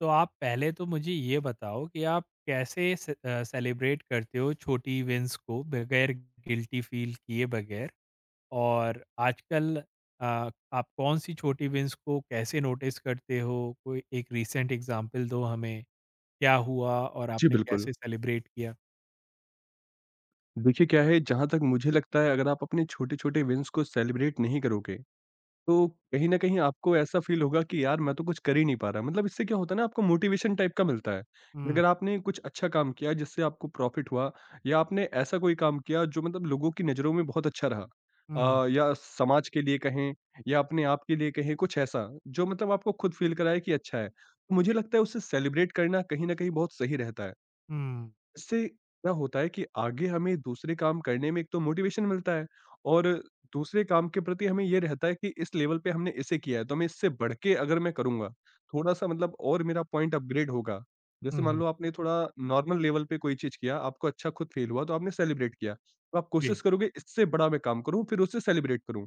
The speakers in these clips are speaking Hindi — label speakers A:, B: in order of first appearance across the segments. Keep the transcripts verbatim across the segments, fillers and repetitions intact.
A: तो आप पहले तो मुझे ये बताओ कि आप कैसे से, अ, सेलिब्रेट करते हो छोटी विंस को बगैर गिल्टी फील किए बगैर। और आजकल अ, आप कौन सी छोटी विंस को कैसे नोटिस करते हो? कोई एक रीसेंट एग्जांपल दो हमें, क्या हुआ और
B: जी,
A: आपने
B: बिल्कुल।
A: कैसे सेलिब्रेट किया?
B: देखिए क्या है, जहाँ तक मुझे लगता है अगर आप अपने छोटे-छोटे विन्स को सेलिब्रेट नहीं करोगे, तो कहीं न कहीं आपको ऐसा फ़ील होगा कि यार मैं तो कुछ कर ही नहीं पा रहा। मतलब इससे क्या होता है ना आपको मोटिवेशन टाइप का मिलता है।
A: हम्म।
B: अगर आपने कुछ अच्छा काम किया जिससे आपको प्रॉफ़िट हुआ या आपने ऐसा कोई काम किया जो मतलब लोगों की नज़रों में बहुत अच्छा रहा
A: हम्म।
B: अ, या समाज के लिए कहें या अपने आप के लिए कहें कुछ ऐसा, जो मतलब आपको खुद फ़ील कराए कि अच्छा है। तो मुझे लगता है उसे सेलिब्रेट करना कहीं न कहीं बहुत सही रहता है।
A: हम्म।
B: इससे क्या होता है कि आगे हमें दूसरे काम करने में एक तो मोटिवेशन मिलता है और दूसरे काम के प्रति हमें ये रहता है कि इस लेवल पे हमने इसे किया है तो मैं इससे बढ़ के अगर मैं करूंगा थोड़ा सा मतलब और मेरा पॉइंट अपग्रेड होगा। जैसे मान
A: हम्म।
B: लो आपने थोड़ा नॉर्मल लेवल पे कोई चीज किया, आपको अच्छा खुद फील हुआ तो आपने सेलिब्रेट किया तो आप
A: जी।
B: कोशिश करोगे इससे बड़ा मैं काम करूं फिर उससे सेलिब्रेट करूं।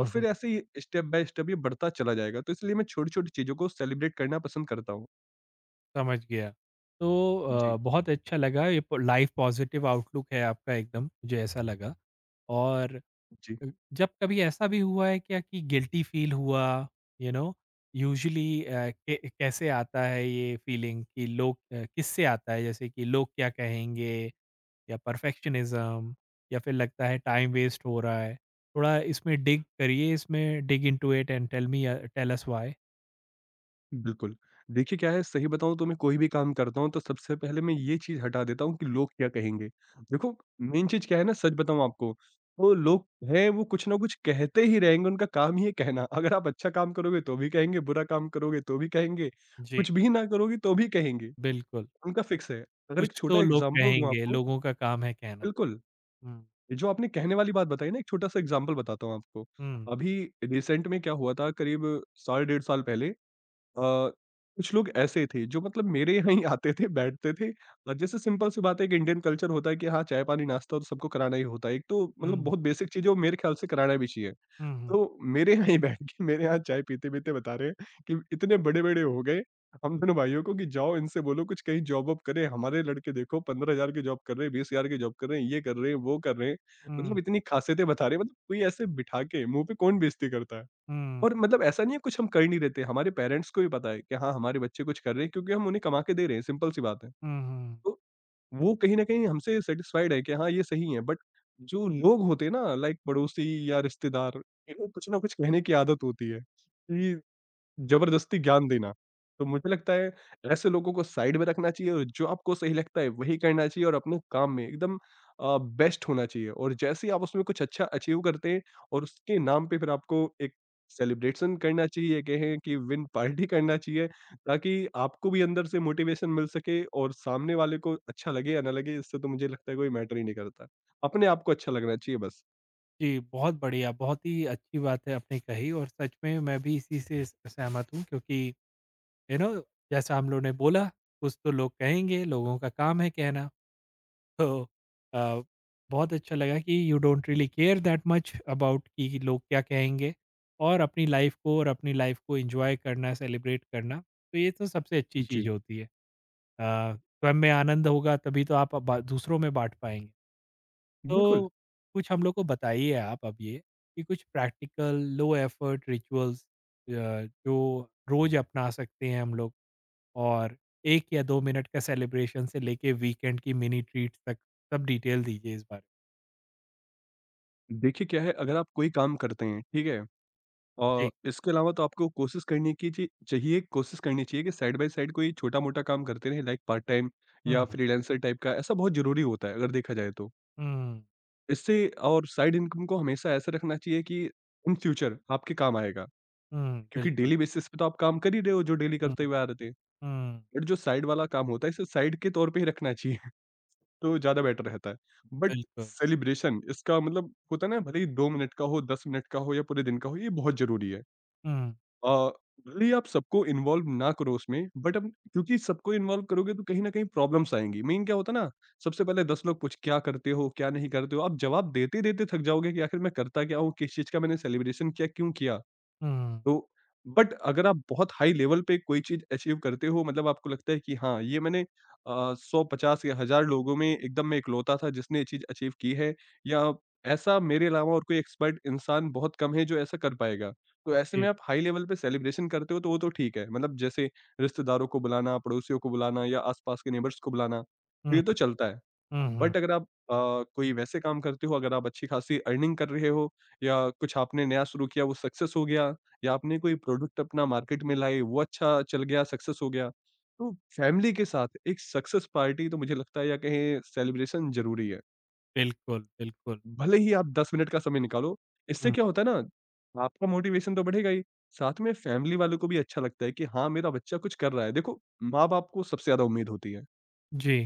B: और फिर ऐसे ही स्टेप बाय स्टेप ये बढ़ता चला जाएगा, तो इसलिए मैं छोटी छोटी चीजों को सेलिब्रेट करना पसंद करता हूँ।
A: समझ गया। तो अ,
B: जी,
A: बहुत अच्छा लगा, ये लाइफ पॉजिटिव आउटलुक है आपका, एकदम मुझे ऐसा लगा। और
B: जी,
A: जब कभी ऐसा भी हुआ है क्या कि गिल्टी फील हुआ? यू नो यूजुअली कैसे आता है ये फीलिंग, कि लोग अ, किससे आता है, जैसे कि लोग क्या कहेंगे, या परफेक्शनिज्म, या फिर लगता है टाइम वेस्ट हो रहा है? थोड़ा इसमें डिग करिए, इसमें dig into it and tell me, tell us why.
B: बिल्कुल। देखिए क्या है, सही बताऊँ तो मैं कोई भी काम करता हूँ तो सबसे पहले मैं ये चीज़ हटा देता हूँ कि लोग क्या कहेंगे। देखो, मेन चीज़ क्या है ना, सच बताऊँ आपको, वो लोग हैं वो कुछ ना कुछ कहते ही रहेंगे, उनका काम ही है कहना। अगर आप अच्छा काम करोगे तो भी कहेंगे, बुरा काम करोगे तो भी कहेंगे,
A: जी,
B: कुछ भी ना करोगे तो भी कहेंगे,
A: बिल्कुल।
B: उनका फिक्स है। अगर एक
A: कुछ
B: छोटा
A: तो लोग
B: एग्ज़ाम्पल दूँ
A: कहेंगे,
B: आपको
A: लोगों का काम है कहना।
B: बिल्कुल,
A: हम्म।
B: ये जो आपने कहने वाली बात बताई ना, एक छोटा-सा एग्ज़ाम्पल बताता हूँ आपको।
A: हम्म।
B: अभी रिसेंट में क्या हुआ था, करीब साल डेढ़ साल पहले अ, कुछ लोग ऐसे थे जो मतलब मेरे यहाँ ही आते थे, बैठते थे और जैसे सिंपल सी बात है कि इंडियन कल्चर होता है कि हाँ, चाय-पानी, नाश्ता तो सबको कराना ही होता है। एक तो मतलब
A: हम्म।
B: बहुत बेसिक चीज़ है वो, मेरे ख्याल से कराना भी चाहिए।
A: हम्म।
B: तो मेरे यहाँ ही बैठ के मेरे यहाँ चाय पीते-पीते बता रहे हैं कि इतने बड़े-बड़े हो गए हम दोनों भाइयों को कि जाओ इनसे बोलो कुछ कहीं जॉब वॉब करें, हमारे लड़के देखो पंद्रह हज़ार की जॉब कर रहे हैं, बीस हज़ार की जॉब कर रहे हैं, ये कर रहे हैं, वो कर रहे हैं।
A: हम्म।
B: मतलब इतनी खासियतें बता रहे हैं, मतलब कोई ऐसे बिठा के मुँह पे कौन बेइज़्ज़ती करता है।
A: हम्म।
B: और मतलब ऐसा नहीं है कुछ हम कर नहीं रहे थे, हमारे पेरेंट्स को भी पता है कि हाँ, हमारे बच्चे कुछ कर रहे हैं क्योंकि हम उन्हें कमा के दे रहे हैं, सिंपल सी बात है।
A: हम्म। हम्म।
B: तो वो कहीं न कहीं हमसे सैटिस्फाइड है कि हाँ, ये सही है, बट जो लोग होते हैं ना लाइक पड़ोसी या रिश्तेदार, इन्हें कुछ ना कुछ कहने की आदत होती है कि ज़बरदस्ती ज्ञान देना। तो मुझे लगता है ऐसे लोगों को साइड में रखना चाहिए और जो आपको सही लगता है वही करना चाहिए और अपने काम में एकदम अ, बेस्ट होना चाहिए और जैसे ही आप उसमें कुछ अच्छा अचीव करते हैं और उसके नाम पे फिर आपको एक सेलिब्रेशन करना चाहिए, कहें कि विन पार्टी करना चाहिए ताकि आपको भी अंदर से मोटिवेशन मिल सके और सामने वाले को अच्छा लगे या ना लगे, इससे तो मुझे लगता है कोई मैटर ही नहीं करता। अपने आप को अच्छा लगना चाहिए बस।
A: जी, बहुत बढ़िया, बहुत ही अच्छी बात है आपने कही और सच में मैं भी इसी से स सहमत हूँ क्योंकि यू नो जैसा हम लोग ने बोला, कुछ तो लोग कहेंगे, लोगों का काम है कहना। तो अ, बहुत अच्छा लगा कि you don't really care that much about कि लोग क्या कहेंगे। और अपनी लाइफ़ को और अपनी लाइफ़ को एन्जॉय करना, सेलिब्रेट करना, तो ये तो सबसे अच्छी चीज़
B: जी,
A: होती है। अ, स्वयं में आनंद होगा तभी तो आप ब दूसरों में बाँट पाएँगे।
B: बिल्कुल।
A: तो कुछ हम लोग को बताइए आप अब ये, कि कुछ प्रैक्टिकल लो एफर्ट रिचुअल्स अ, जो रोज अपना सकते हैं हम लोग, और एक या दो मिनट का सेलिब्रेशन से लेके वीकेंड की मिनी ट्रीट तक, सब डिटेल दीजिए इस बारे में।
B: देखिए क्या है, अगर आप कोई काम करते हैं, ठीक है? अ,
A: जी।
B: इसके अलावा तो आपको कोशिश करनी की चि चाहिए कोशिश करनी चाहिए कि साइड बाय साइड कोई छोटा-मोटा काम करते रहें लाइक पार्ट टाइम
A: हुँ,
B: या
A: हुँ।
B: फ्रीलांसर टाइप का, ऐसा बहुत ज़रूरी होता है अगर देखा जाए तो।
A: हुँ,
B: इससे और साइड इनकम को हमेशा ऐसा रखना चाहिए कि इन फ्यूचर आपके काम आएगा,
A: हुँ,
B: क्योंकि
A: बिल्कुल।
B: डेली बेसिस पे तो आप काम कर ही रहे हो जो डेली
A: हुँ,
B: करते हुए आ रहे थे।
A: हुँ,
B: बट जो साइड वाला काम होता है इसे साइड के तौर पे ही रखना चाहिए तो ज़्यादा बेटर रहता है। बट
A: बिल्कुल।
B: सेलिब्रेशन इसका मतलब होता है ना, भले ही दो मिनट का हो, दस मिनट का हो या पूरे दिन का हो, ये बहुत ज़रूरी है।
A: हुँ,
B: अ, भले ही आप सबको इन्वॉल्व ना करो उसमें, बट अब क्योंकि सबको इन्वॉल्व करोगे तो कहीं न कहीं प्रॉब्लम्स आएँगी। मेन क्या होता है ना, सबसे पहले दस लोग पूछ क्या करते हो, क्या नहीं करते हो? आप जवाब देते-देते थक जाओगे कि आखिर मैं करता क्या हूँ? किस चीज़ का मैंने सेलिब्रेशन किया, क्यों किया?
A: हुँ,
B: तो बट अगर आप बहुत हाई लेवल पे कोई चीज़ अचीव करते हो, मतलब आपको लगता है कि हाँ, ये मैंने अ, एक सौ पचास या हज़ार लोगों में एकदम मैं इकलौता था जिसने ये चीज़ अचीव की है या ऐसा मेरे अलावा और कोई एक्सपर्ट इंसान बहुत कम है जो ऐसा कर पाएगा। तो ऐसे में
A: जी।
B: आप हाई लेवल पे सेलिब्रेशन करते हो तो वो तो ठीक है, मतलब जैसे रिश्तेदारों को बुलाना, पड़ोसियों को बुलाना या आस-पास के नेबर्स को बुलाना, तो
A: हुँ,
B: ये तो चलता है।
A: हुँ, हुँ,
B: बट अगर आप अ, कोई वैसे काम करते हो, अगर आप अच्छी-खासी अर्निंग कर रहे हो या कुछ आपने नया शुरू किया वो सक्सेस हो गया या आपने कोई प्रोडक्ट अपना मार्केट में लाए, वो अच्छा चल गया, सक्सेस हो गया। तो फैमिली के साथ एक सक्सेस पार्टी तो मुझे लगता है या कहें सेलिब्रेशन ज़रूरी है।
A: बिल्कुल, बिल्कुल।
B: भले ही आप दस मिनट का समय निकालो, इससे
A: हुँ,
B: क्या होता है ना, आपका मोटिवेशन तो बढ़ेगा ही, साथ में फैमिली वालों को भी अच्छा लगता है कि हाँ, मेरा बच्चा कुछ कर रहा है। देखो, माँ-बाप को सबसे ज़्यादा उम्मीद होती है
A: जी।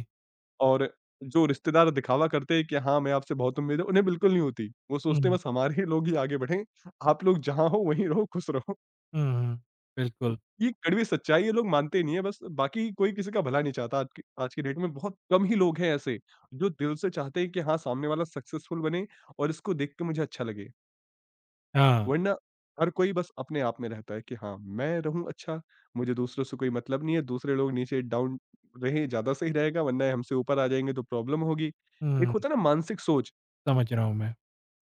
B: और जो रिश्तेदार दिखावा करते हैं कि हाँ, मैं आपसे बहुत उम्मीद है, उन्हें बिल्कुल नहीं होती। वो
A: हुँ,
B: सोचते हैं
A: हुँ,
B: बस हमारे ही लोग ही आगे बढ़ें, आप लोग जहाँ हो वहीं रहो, खुश रहो।
A: हुँ, बिल्कुल।
B: ये कड़वी सच्चाई है, लोग मानते नहीं है, बस बाकी कोई किसी का भला नहीं चाहता। आज की आज की डेट में बहुत कम ही लोग हैं ऐसे, जो दिल से चाहते हैं कि हाँ, सामने वाला सक्सेसफुल बने और इसको देख के मुझे अच्छा लगे।
A: हाँ,
B: वरना हर कोई बस अपने आप में रहता है कि हाँ, मैं रहूँ अच्छा, मुझे दूसरों से कोई मतलब नहीं है, दूसरे लोग नीचे डाउन रहें ज़्यादा सही रहेगा, वरना ये हमसे ऊपर आ जाएँगे तो प्रॉब्लम होगी। एक
A: हुँ,
B: होता है ना मानसिक सोच,
A: समझ रहा हूँ मैं।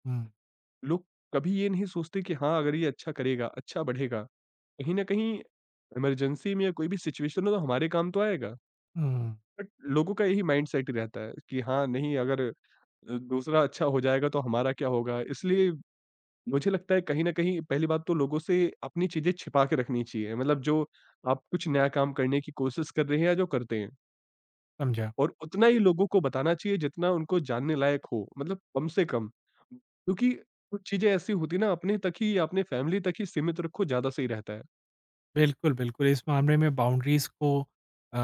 A: हुँ।
B: लोग कभी ये नहीं सोचते कि हाँ, अगर ये अच्छा करेगा, अच्छा बढ़ेगा, कहीं न कहीं इमरजेंसी में या कोई भी सिचुएशन हो तो हमारे काम तो आएगा।
A: हुँ,
B: बट लोगों का यही माइंडसेट ही रहता है कि हाँ, नहीं, अगर अ, दूसरा अच्छा हो जाएगा तो हमारा क्या होगा? इसलिए मुझे लगता है कहीं न कहीं पहली बात तो लोगों से अपनी चीज़ें छिपा के रखनी चाहिए। मतलब जो आप कुछ नया काम करने की कोशिश कर रहे हैं या जो करते हैं
A: समझा।
B: और उतना ही लोगों को बताना चाहिए जितना उनको जानने लायक हो, मतलब कम से कम। क्योंकि कुछ चीज़ें ऐसी होती हैं ना अपने तक ही या अपने फैमिली तक ही सीमित रखो ज़्यादा सही रहता है,
A: बिल्कुल, बिल्कुल, इस मामले में बाउंड्रीज़ को अ,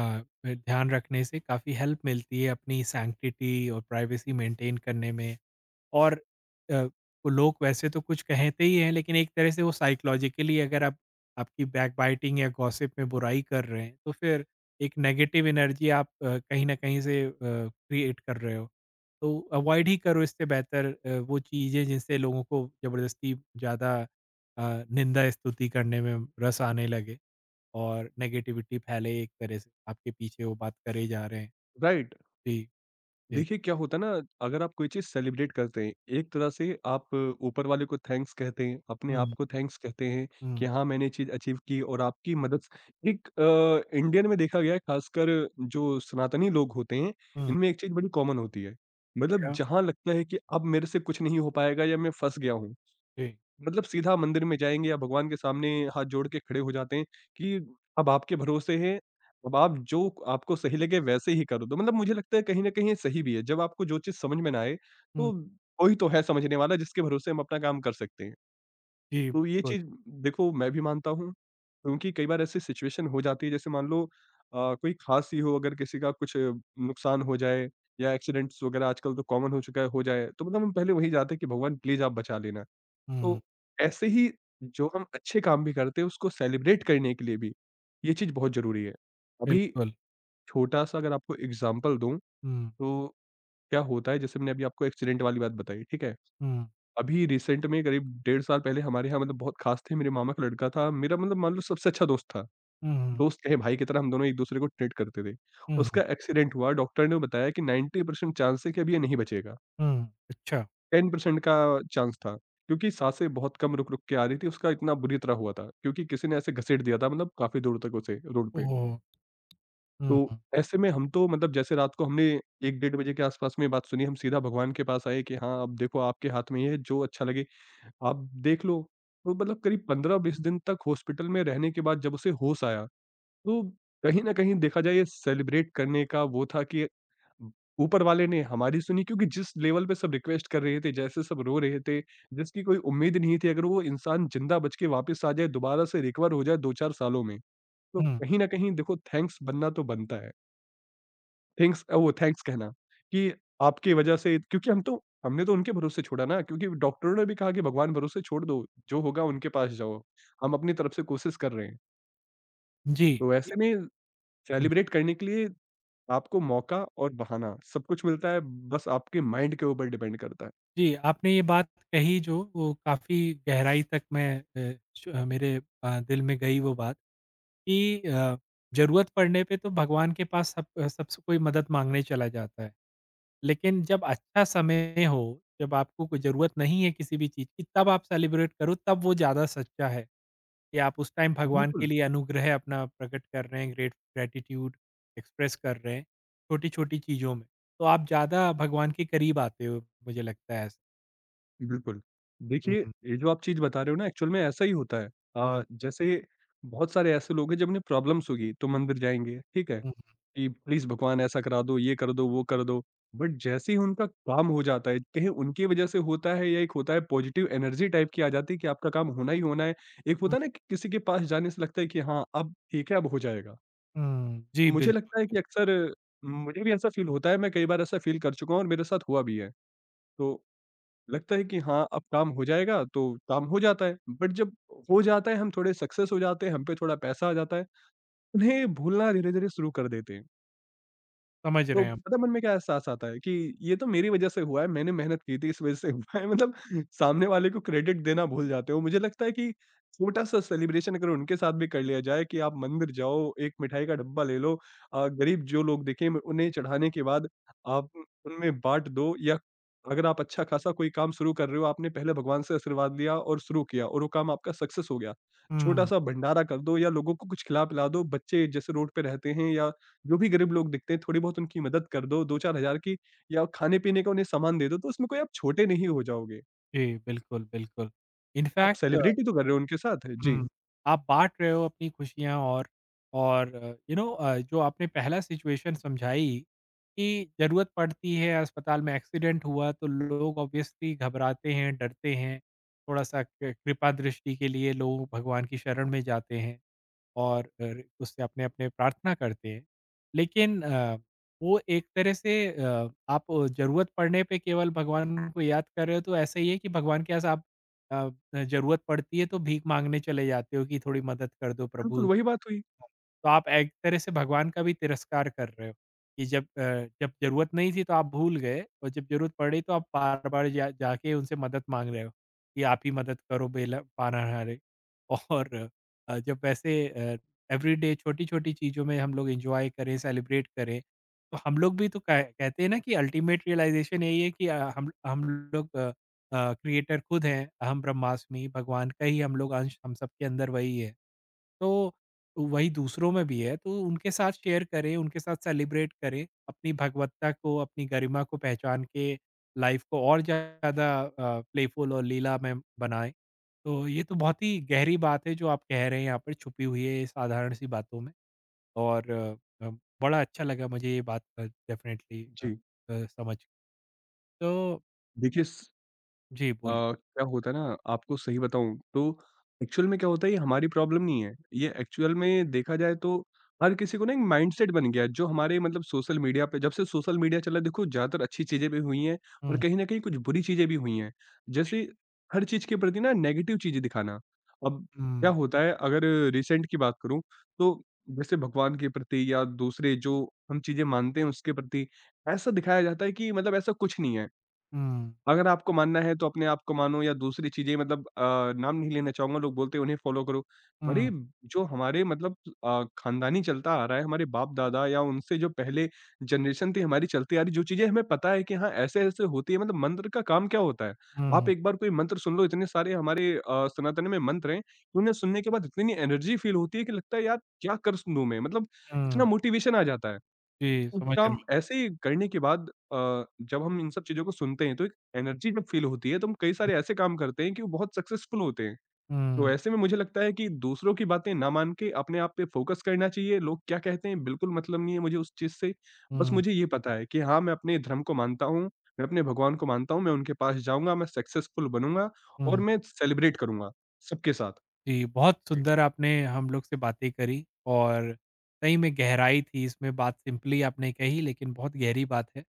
A: ध्यान रखने से काफ़ी हेल्प मिलती है अपनी सैंक्टिटी और प्राइवेसी मेंटेन करने में। और अ, वो लोग वैसे तो कुछ कहते ही हैं, लेकिन एक तरह से वो साइकोलॉजिकली अगर आप आपकी बैकबाइटिंग या गॉसिप में बुराई कर रहे हैं तो फिर एक नेगेटिव एनर्जी आप अ, कहीं न कहीं से क्रिएट कर रहे हो। तो अवॉइड ही करो, इससे बेहतर अ, वो चीज़ें जिनसे लोगों को ज़बरदस्ती ज़्यादा अ, निंदा स्तुति करने में रस आने लगे और नेगेटिविटी फैले एक तरह से, आपके पीछे वो बात करे जा रहे हैं।
B: राइट?
A: जी, जी।
B: देखिए, क्या होता है ना, अगर आप कोई चीज़ सेलिब्रेट करते हैं, एक तरह से आप ऊपर वाले को थैंक्स कहते हैं, अपने आप
A: हुँ,
B: को थैंक्स कहते हैं कि
A: हुँ,
B: हाँ, मैंने ये चीज़ अचीव की और आपकी मदद से एक अ, इंडियन में देखा गया है, खासकर जो सनातनी लोग होते हैं,
A: हुँ।
B: इनमें एक चीज़ बड़ी कॉमन होती है। मतलब
A: क्या?
B: जहाँ लगता है कि अब मेरे से कुछ नहीं हो पाएगा या मैं फँस गया हूँ,
A: जी।
B: मतलब सीधा मंदिर में जाएँगे या भगवान के सामने हाथ जोड़ के खड़े हो जाते हैं कि अब आपके भरोसे है, अब आप जो आपको सही लगे वैसे ही कर दो। मतलब मुझे लगता है कहीं न कहीं ये सही भी है, जब आपको जो चीज़ समझ में ना आए,
A: हुँ।
B: तो कोई तो है समझने वाला जिसके भरोसे हम अपना काम कर सकते हैं।
A: जी,
B: तो ये
A: बिल्कुल।
B: चीज़ देखो मैं भी मानता हूँ, क्योंकि कई बार ऐसी सिचुएशन हो जाती है, जैसे मान लो अ, कोई खाँसी हो, अगर किसी का कुछ नुकसान हो जाए या एक्सीडेंट्स वगैरह आजकल तो कॉमन हो चुका है, हो जाए, तो मतलब हम पहले वहीं जाते हैं कि भगवान प्लीज़ आप बचा लेना।
A: हुँ,
B: तो ऐसे ही जो हम अच्छे काम भी करते हैं उसको सेलिब्रेट करने के लिए भी ये चीज़ बहुत ज़रूरी है। अभी
A: बिल्कुल।
B: छोटा-सा अगर आपको एग्ज़ाम्पल दूँ
A: हुँ,
B: तो क्या होता है, जैसे मैंने अभी आपको एक्सीडेंट वाली बात बताई, ठीक है?
A: हुँ,
B: अभी रिसेंट में करीब डेढ़ साल पहले हमारे यहाँ मतलब बहुत ख़ास थे मेरे मामा का लड़का था, मेरा मतलब मान लो सबसे अच्छा दोस्त था।
A: हुँ,
B: दोस्त कहें भाई की तरह हम दोनों एक-दूसरे को ट्रीट करते थे।
A: हुँ,
B: उसका एक्सीडेंट हुआ, डॉक्टर ने बताया कि नाइंटी परसेंट चांस है कि अब ये नहीं बचेगा।
A: हुँ, अच्छा।
B: टेन परसेंट का चांस था, क्योंकि साँसें बहुत कम रुक-रुक के आ रही थी, उसका इतना बुरी तरह हुआ था, क्योंकि किसी ने ऐसे घसीट दिया था मतलब काफ़ी दूर तक उसे रोड पे।
A: ओह! हुँ,
B: तो
A: हुँ,
B: ऐसे में हम तो मतलब जैसे रात को हमने एक डेढ़ बजे के आस-पास में ये बात सुनी, हम सीधा भगवान के पास आए कि हाँ, अब देखो आपके हाथ में ही है, जो अच्छा लगे आप देख लो। तो मतलब करीब पंद्रह बीस दिन तक हॉस्पिटल में रहने के बाद जब उसे होश आया, तो कहीं न कहीं देखा जाए ये सेलिब्रेट करने का वो था कि ऊपर वाले ने हमारी सुनी क्योंकि जिस लेवल पे सब रिक्वेस्ट कर रहे थे, जैसे सब रो रहे थे, जिसकी कोई उम्मीद नहीं थी, अगर वो इंसान ज़िंदा बच के वापस आ जाए, दोबारा से रिकवर हो जाए दो चार सालों में, तो
A: हुँ।
B: कहीं न कहीं देखो थैंक्स बनना तो बनता है। थैंक्स अ, वो थैंक्स कहना कि आपकी वजह से क्योंकि हम तो हमने तो उनके भरोसे छोड़ा ना क्योंकि डॉक्टरों ने भी कहा कि भगवान भरोसे छोड़ दो, जो होगा उनके पास जाओ, हम अपनी तरफ से कोशिश कर रहे हैं।
A: जी,
B: तो
A: जी,
B: ऐसे में
A: हुँ,
B: सेलिब्रेट करने के लिए आपको मौका और बहाना सब कुछ मिलता है, बस आपके माइंड के ऊपर डिपेंड करता है।
A: जी, आपने ये बात कही जो वो काफ़ी गहराई तक मैं अ, श अ, मेरे अ, दिल में गई वो बात, कि अ, ज़रूरत पड़ने पे तो भगवान के पास सब सब से कोई मदद माँगने चला जाता है। लेकिन जब अच्छा समय हो, जब आपको कोई ज़रूरत नहीं है किसी भी चीज़ की, तब आप सेलिब्रेट करो, तब वो ज़्यादा सच्चा है, कि आप उस टाइम भगवान के
B: बिल्कुल,
A: लिए अनुग्रह अपना प्रकट कर रहे हैं, ग्रेट ग्रैटिट्यूड एक्सप्रेस कर रहे हैं, छोटी-छोटी चीज़ों में। तो आप ज़्यादा भगवान के करीब आते हो, मुझे लगता है ऐसा।
B: बिल्कुल।
A: हुँ,
B: देखिए,
A: हुँ,
B: ये जो आप चीज़ बता रहे हो ना एक्चुअल में ऐसा ही होता है।
A: हुँ,
B: अ, जैसे बहुत सारे ऐसे लोग हैं जब उन्हें प्रॉब्लम्स होगी तो मंदिर जाएँगे, ठीक है?
A: हुँ,
B: कि प्लीज़ भगवान ऐसा करा दो, ये कर दो, वो कर दो। बट जैसे ही उनका काम हो जाता है, कहीं उनकी वजह से होता है या एक होता है पॉजिटिव एनर्जी टाइप की आ जाती है कि आपका काम होना ही होना है। एक
A: हुँ,
B: होता है ना कि किसी के पास जाने से लगता है कि हाँ, अब ठीक है, अब हो जाएगा।
A: हुँ, जी,
B: मुझे
A: बिल्कुल,
B: लगता है कि
A: बिल्कुल,
B: अक्सर मुझे भी ऐसा फ़ील होता है, मैं कई बार ऐसा फ़ील कर चुका हूँ और मेरे साथ हुआ भी है। तो लगता है कि हाँ, अब काम हो जाएगा, तो काम हो जाता है। बट जब हो जाता है, हम थोड़े सक्सेस हो जाते हैं, हम पे थोड़ा पैसा आ जाता है, उन्हें भूलना धीरे-धीरे शुरू कर देते हैं।
A: समझ रहे
B: तो
A: हैं हम।
B: पता है मन में क्या एहसास आता है कि ये तो मेरी वजह से हुआ है, मैंने मेहनत की थी इस वजह से हुआ है मतलब सामने वाले को क्रेडिट देना भूल जाते हो। मुझे लगता है कि छोटा-सा सेलिब्रेशन अगर उनके साथ भी कर लिया जाए कि आप मंदिर जाओ, एक मिठाई का डब्बा ले लो अ, गरीब जो लोग दिखें उन्हें चढ़ाने के बाद आप उनमें बाँट दो या अगर आप अच्छा खासा कोई काम शुरू कर रहे हो, आपने पहले भगवान से आशीर्वाद लिया और शुरू किया और वो काम आपका सक्सेस हो गया।
A: हुँ,
B: छोटा-सा भंडारा कर दो या लोगों को कुछ खिला-पिला दो, बच्चे जैसे रोड पे रहते हैं या जो भी गरीब लोग दिखते हैं थोड़ी बहुत उनकी मदद कर दो, 2-4000 की या खाने-पीने का उन्हें सामान दे दो, तो उसमें कोई आप छोटे नहीं हो जाओगे।
A: जी, बिल्कुल, बिल्कुल।
B: आप
A: इनफैक्ट
B: सेलिब्रिटी तो कर रहे हो उनके साथ। जी,
A: हुँ। आप बाँट रहे हो अपनी खुशियाँ। और और यू नो अ, जो आपने पहला सिचुएशन समझाई कि ज़रूरत पड़ती है, अस्पताल में एक्सीडेंट हुआ तो लोग ऑब्वियसली घबराते हैं, डरते हैं, थोड़ा-सा कृ कृपा दृष्टि के लिए लोग भगवान की शरण में जाते हैं। और अर उससे अपने-अपने प्रार्थना करते हैं। लेकिन अ, वो एक तरह से अ, आप ज़रूरत पड़ने पे केवल भगवान को याद कर रहे हो, तो ऐसा ही है कि भगवान के पास आप अ, ज़रूरत पड़ती है तो भीख माँगने चले जाते हो कि थोड़ी मदद कर दो
B: बिल्कुल
A: प्रभु।
B: वही बात हुई।
A: तो आप एक तरह से भगवान का भी तिरस्कार कर रहे हो, कि जब अ, जब ज़रूरत नहीं थी तो आप भूल गए, और जब ज़रूरत पड़ी तो आप बार-बार जा जाके उनसे मदद माँग रहे हो कि आप ही मदद करो बेला पानाहारे। और अ, जब वैसे अ, एवरीडे छोटी-छोटी चीज़ों में हम लोग एन्जॉय करें, सेलिब्रेट करें, तो हम लोग भी तो कह कहते हैं ना कि अल्टीमेट रियलाइज़ेशन यही है, कि अ, हम हम लोग अ, क्रिएटर खुद हैं, अहम ब्रह्मास्मि, भगवान का ही हम लोग अंश, हम सबके अंदर वही है। तो वही दूसरों में भी है, तो उनके साथ शेयर करें, उनके साथ सेलिब्रेट करें, अपनी भगवत्ता को, अपनी गरिमा को पहचान के लाइफ को और ज़्यादा अ, प्लेफुल और लीलामय बनाएँ। तो ये तो बहुत ही गहरी बात है जो आप कह रहे हैं, यहाँ पर छुपी हुई है ये साधारण सी बातों में। और अ, अ, बड़ा अच्छा लगा मुझे ये बात, अ, डेफ़िनेटली अ
B: जी,
A: अ, समझ। तो
B: देखिए स
A: जी,
B: अ,
A: बोलिए।
B: क्या होता है ना आपको सही बताऊँ तो एक्चुअल में क्या होता है ये हमारी प्रॉब्लम नहीं है। ये एक्चुअल में देखा जाए तो हर किसी को ना एक माइंडसेट बन गया है जो हमारे मतलब सोशल मीडिया पे जब से सोशल मीडिया चला देखो ज़्यादातर अच्छी चीज़ें भी हुई हैं और
A: हुँ,
B: कहीं न कहीं कुछ बुरी चीज़ें भी हुई हैं। जैसे हर चीज़ के प्रति ना नेगेटिव चीज़ें दिखाना। अब क्या
A: हुँ,
B: होता है अगर रिसेंट की बात करूँ तो जैसे भगवान के प्रति या दूसरे जो हम चीज़ें मानते हैं उसके प्रति ऐसा दिखाया जाता है कि मतलब ऐसा कुछ नहीं है।
A: हुँ,
B: अगर आपको मानना है, तो अपने आप को मानो या दूसरी चीज़ें मतलब अ, नाम नहीं लेना चाहूँगा, लोग बोलते हैं उन्हें फ़ॉलो करो। अरे!
A: हुँ,
B: जो हमारे मतलब अ, ख़ानदानी चलता आ रहा है, हमारे बाप-दादा या उनसे जो पहले जनरेशन थी हमारी चलती आ रही, जो चीज़ें हमें पता है कि हाँ, ऐसे-ऐसे होती है मतलब मंत्र का काम क्या होता है? आप
A: हुँ,
B: एक बार कोई मंत्र सुन लो, इतने सारे हमारे अ, सनातन में मंत्र हैं, कि उन्हें सुनने के बाद इतनी एनर्जी फ़ील होती है कि लगता है यार, क्या कर स दूँ मैं? मतलब इतना
A: हुँ।
B: मोटिवेशन आ जाता है।
A: जी,
B: उस
A: समझ रहा
B: काम
A: हूँ।
B: ऐसे करने के बाद अ, जब हम इन सब चीज़ों को सुनते हैं, तो एक एनर्जी जब फ़ील होती है, तो हम कई सारे ऐसे काम करते हैं कि वो बहुत सक्सेसफुल होते हैं। तो
A: हुँ,
B: ऐसे में मुझे लगता है कि दूसरों की बातें ना मान के अपने आप पे फ़ोकस करना चाहिए। लोग क्या कहते हैं, बिल्कुल मतलब नहीं है मुझे उस चीज़ से। बस
A: हुँ,
B: मुझे ये पता है कि हाँ, मैं अपने धर्म को मानता हूँ, मैं अपने भगवान को मानता हूँ, मैं उनके पास जाऊँगा, मैं सक्सेसफुल बनूँगा और
A: हुँ।
B: मैं सेलिब्रेट करूँगा सबके साथ।
A: जी, बहुत
B: जी,
A: सुंदर आपने हम लोग से बातें करी। और सही में गहराई थी इसमें, बात सिंपली आपने कही लेकिन बहुत गहरी बात है।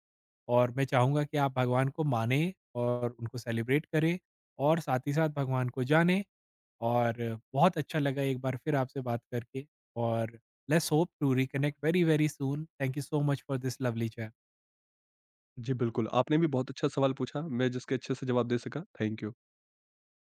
A: और मैं चाहूँगा कि आप भगवान को मानें और उनको सेलिब्रेट करें, और साथ ही साथ भगवान को जानें। और बहुत अच्छा लगा एक बार फिर आपसे बात करके। और let's hope to reconnect very very soon, thank you so much for this lovely chat.
B: जी बिल्कुल। आपने भी बहुत अच्छा सवाल पूछा, मैं जिसके अच्छे से जवाब दे सका, थैंक यू।